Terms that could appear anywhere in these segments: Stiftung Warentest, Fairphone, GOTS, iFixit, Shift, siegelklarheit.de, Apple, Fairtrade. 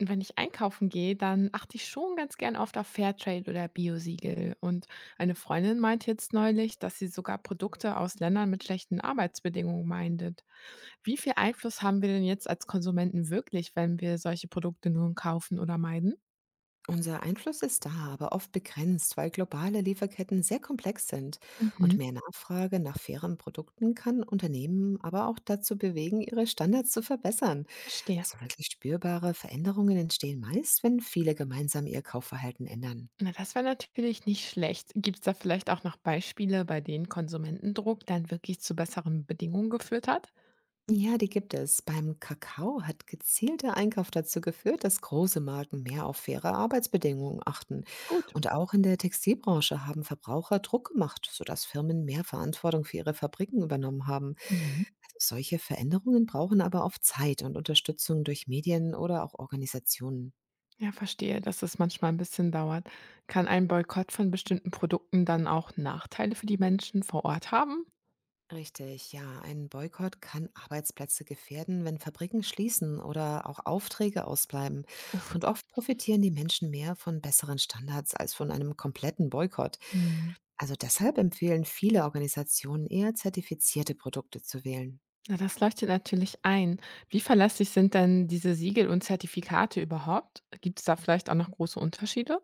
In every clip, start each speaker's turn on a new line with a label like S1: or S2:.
S1: Wenn ich einkaufen gehe, dann achte ich schon ganz gern oft auf Fairtrade oder Biosiegel. Und eine Freundin meinte jetzt neulich, dass sie sogar Produkte aus Ländern mit schlechten Arbeitsbedingungen meintet. Wie viel Einfluss haben wir denn jetzt als Konsumenten wirklich, wenn wir solche Produkte nun kaufen oder meiden?
S2: Unser Einfluss ist da, aber oft begrenzt, weil globale Lieferketten sehr komplex sind. Und
S1: Mhm,
S2: mehr Nachfrage nach fairen Produkten kann Unternehmen aber auch dazu bewegen, ihre Standards zu verbessern.
S1: verstehe.
S2: Also wirklich spürbare Veränderungen entstehen meist, wenn viele gemeinsam ihr Kaufverhalten ändern.
S1: Na, das wäre natürlich nicht schlecht. Gibt es da vielleicht auch noch Beispiele, bei denen Konsumentendruck dann wirklich zu besseren Bedingungen geführt hat?
S2: Ja, die gibt es. Beim Kakao hat gezielter Einkauf dazu geführt, dass große Marken mehr auf faire Arbeitsbedingungen achten.
S1: Gut.
S2: Und auch in der Textilbranche haben Verbraucher Druck gemacht, sodass Firmen mehr Verantwortung für ihre Fabriken übernommen haben.
S1: Mhm.
S2: Solche Veränderungen brauchen aber oft Zeit und Unterstützung durch Medien oder auch Organisationen.
S1: Ja, verstehe, dass es manchmal ein bisschen dauert. Kann ein Boykott von bestimmten Produkten dann auch Nachteile für die Menschen vor Ort haben?
S2: Richtig, ja. Ein Boykott kann Arbeitsplätze gefährden, wenn Fabriken schließen oder auch Aufträge ausbleiben.
S1: Uff.
S2: Und oft profitieren die Menschen mehr von besseren Standards als von einem kompletten Boykott.
S1: Mhm.
S2: Also deshalb empfehlen viele Organisationen eher zertifizierte Produkte zu wählen.
S1: Na, das leuchtet natürlich ein. Wie verlässlich sind denn diese Siegel und Zertifikate überhaupt? Gibt es da vielleicht auch noch große Unterschiede?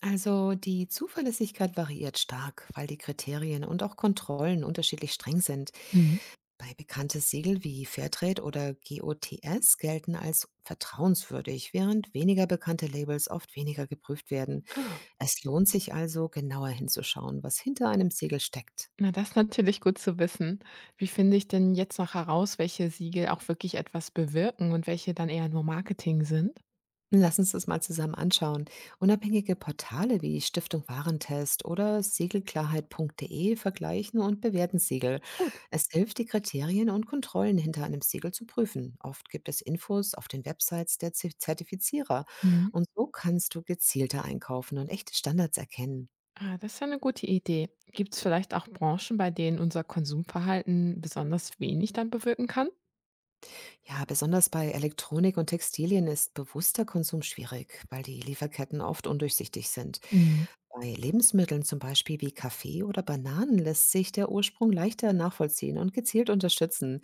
S2: Also die Zuverlässigkeit variiert stark, weil die Kriterien und auch Kontrollen unterschiedlich streng sind.
S1: Mhm.
S2: Bei bekannte Siegel wie Fairtrade oder GOTS gelten als vertrauenswürdig, während weniger bekannte Labels oft weniger geprüft werden.
S1: Ah,
S2: Es lohnt sich also, genauer hinzuschauen, was hinter einem Siegel steckt.
S1: na, das ist natürlich gut zu wissen. Wie finde ich denn jetzt noch heraus, welche Siegel auch wirklich etwas bewirken und welche dann eher nur Marketing sind?
S2: Lass uns das mal zusammen anschauen. Unabhängige Portale wie Stiftung Warentest oder siegelklarheit.de vergleichen und bewerten Siegel.
S1: Gut.
S2: Es hilft, die Kriterien und Kontrollen hinter einem Siegel zu prüfen. Oft gibt es Infos auf den Websites der Zertifizierer.
S1: Mhm.
S2: Und so kannst du gezielter einkaufen und echte Standards erkennen.
S1: Ah, das ist ja 'ne gute Idee. Gibt es vielleicht auch Branchen, bei denen unser Konsumverhalten besonders wenig dann bewirken kann?
S2: Ja, besonders bei Elektronik und Textilien ist bewusster Konsum schwierig, weil die Lieferketten oft undurchsichtig sind.
S1: Mhm.
S2: Bei Lebensmitteln zum Beispiel wie Kaffee oder Bananen lässt sich der Ursprung leichter nachvollziehen und gezielt unterstützen.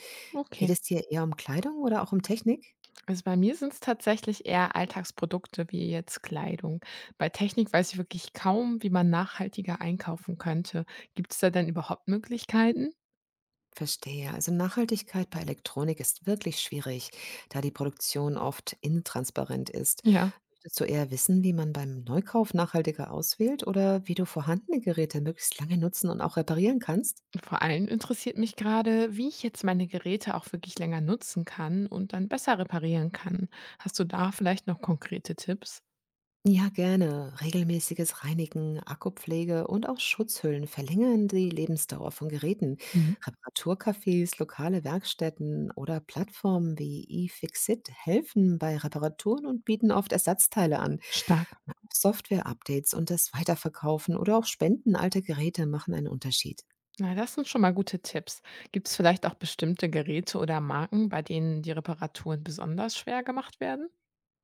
S2: Geht
S1: Okay.
S2: es dir eher um Kleidung oder auch um Technik?
S1: Also, bei mir sind es tatsächlich eher Alltagsprodukte wie jetzt Kleidung. Bei Technik weiß ich wirklich kaum, wie man nachhaltiger einkaufen könnte. Gibt es da denn überhaupt Möglichkeiten?
S2: Verstehe. Also Nachhaltigkeit bei Elektronik ist wirklich schwierig, da die Produktion oft intransparent ist.
S1: Ja,
S2: Möchtest du eher wissen, wie man beim Neukauf nachhaltiger auswählt oder wie du vorhandene Geräte möglichst lange nutzen und auch reparieren kannst?
S1: vor allem interessiert mich gerade, wie ich jetzt meine Geräte auch wirklich länger nutzen kann und dann besser reparieren kann. Hast du da vielleicht noch konkrete Tipps?
S2: Ja, gerne. Regelmäßiges Reinigen, Akkupflege und auch Schutzhüllen verlängern die Lebensdauer von Geräten.
S1: Mhm.
S2: Reparaturcafés, lokale Werkstätten oder Plattformen wie eFixit helfen bei Reparaturen und bieten oft Ersatzteile an.
S1: Stark.
S2: Software-Updates und das Weiterverkaufen oder auch Spenden alter Geräte machen einen Unterschied.
S1: Na, das sind schon mal gute Tipps. Gibt es vielleicht auch bestimmte Geräte oder Marken, bei denen die Reparaturen besonders schwer gemacht werden?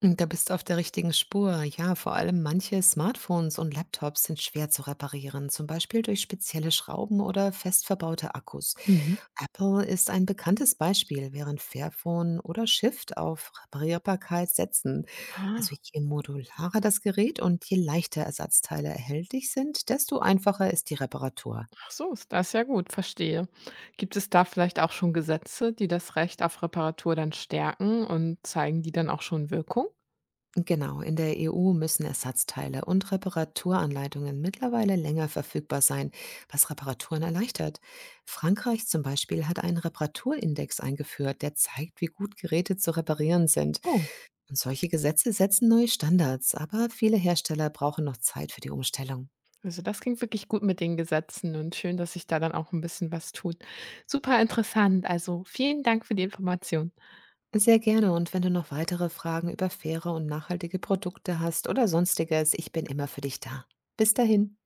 S2: Da bist du auf der richtigen Spur. Ja, vor allem manche Smartphones und Laptops sind schwer zu reparieren, zum Beispiel durch spezielle Schrauben oder fest verbaute Akkus.
S1: Mhm.
S2: Apple ist ein bekanntes Beispiel, während Fairphone oder Shift auf Reparierbarkeit setzen. Also
S1: Ah,
S2: je modularer das Gerät und je leichter Ersatzteile erhältlich sind, desto einfacher ist die Reparatur.
S1: ach so, ist das ja gut, verstehe. Gibt es da vielleicht auch schon Gesetze, die das Recht auf Reparatur dann stärken und zeigen die dann auch schon Wirkung?
S2: Genau, in der EU müssen Ersatzteile und Reparaturanleitungen mittlerweile länger verfügbar sein, was Reparaturen erleichtert. Frankreich zum Beispiel hat einen Reparaturindex eingeführt, der zeigt, wie gut Geräte zu reparieren sind.
S1: Oh,
S2: Und solche Gesetze setzen neue Standards, aber viele Hersteller brauchen noch Zeit für die Umstellung.
S1: also das ging wirklich gut mit den Gesetzen und schön, dass sich da dann auch ein bisschen was tut. Super interessant. Also vielen Dank für die Information.
S2: Sehr gerne, und wenn du noch weitere Fragen über faire und nachhaltige Produkte hast oder sonstiges, ich bin immer für dich da. Bis dahin.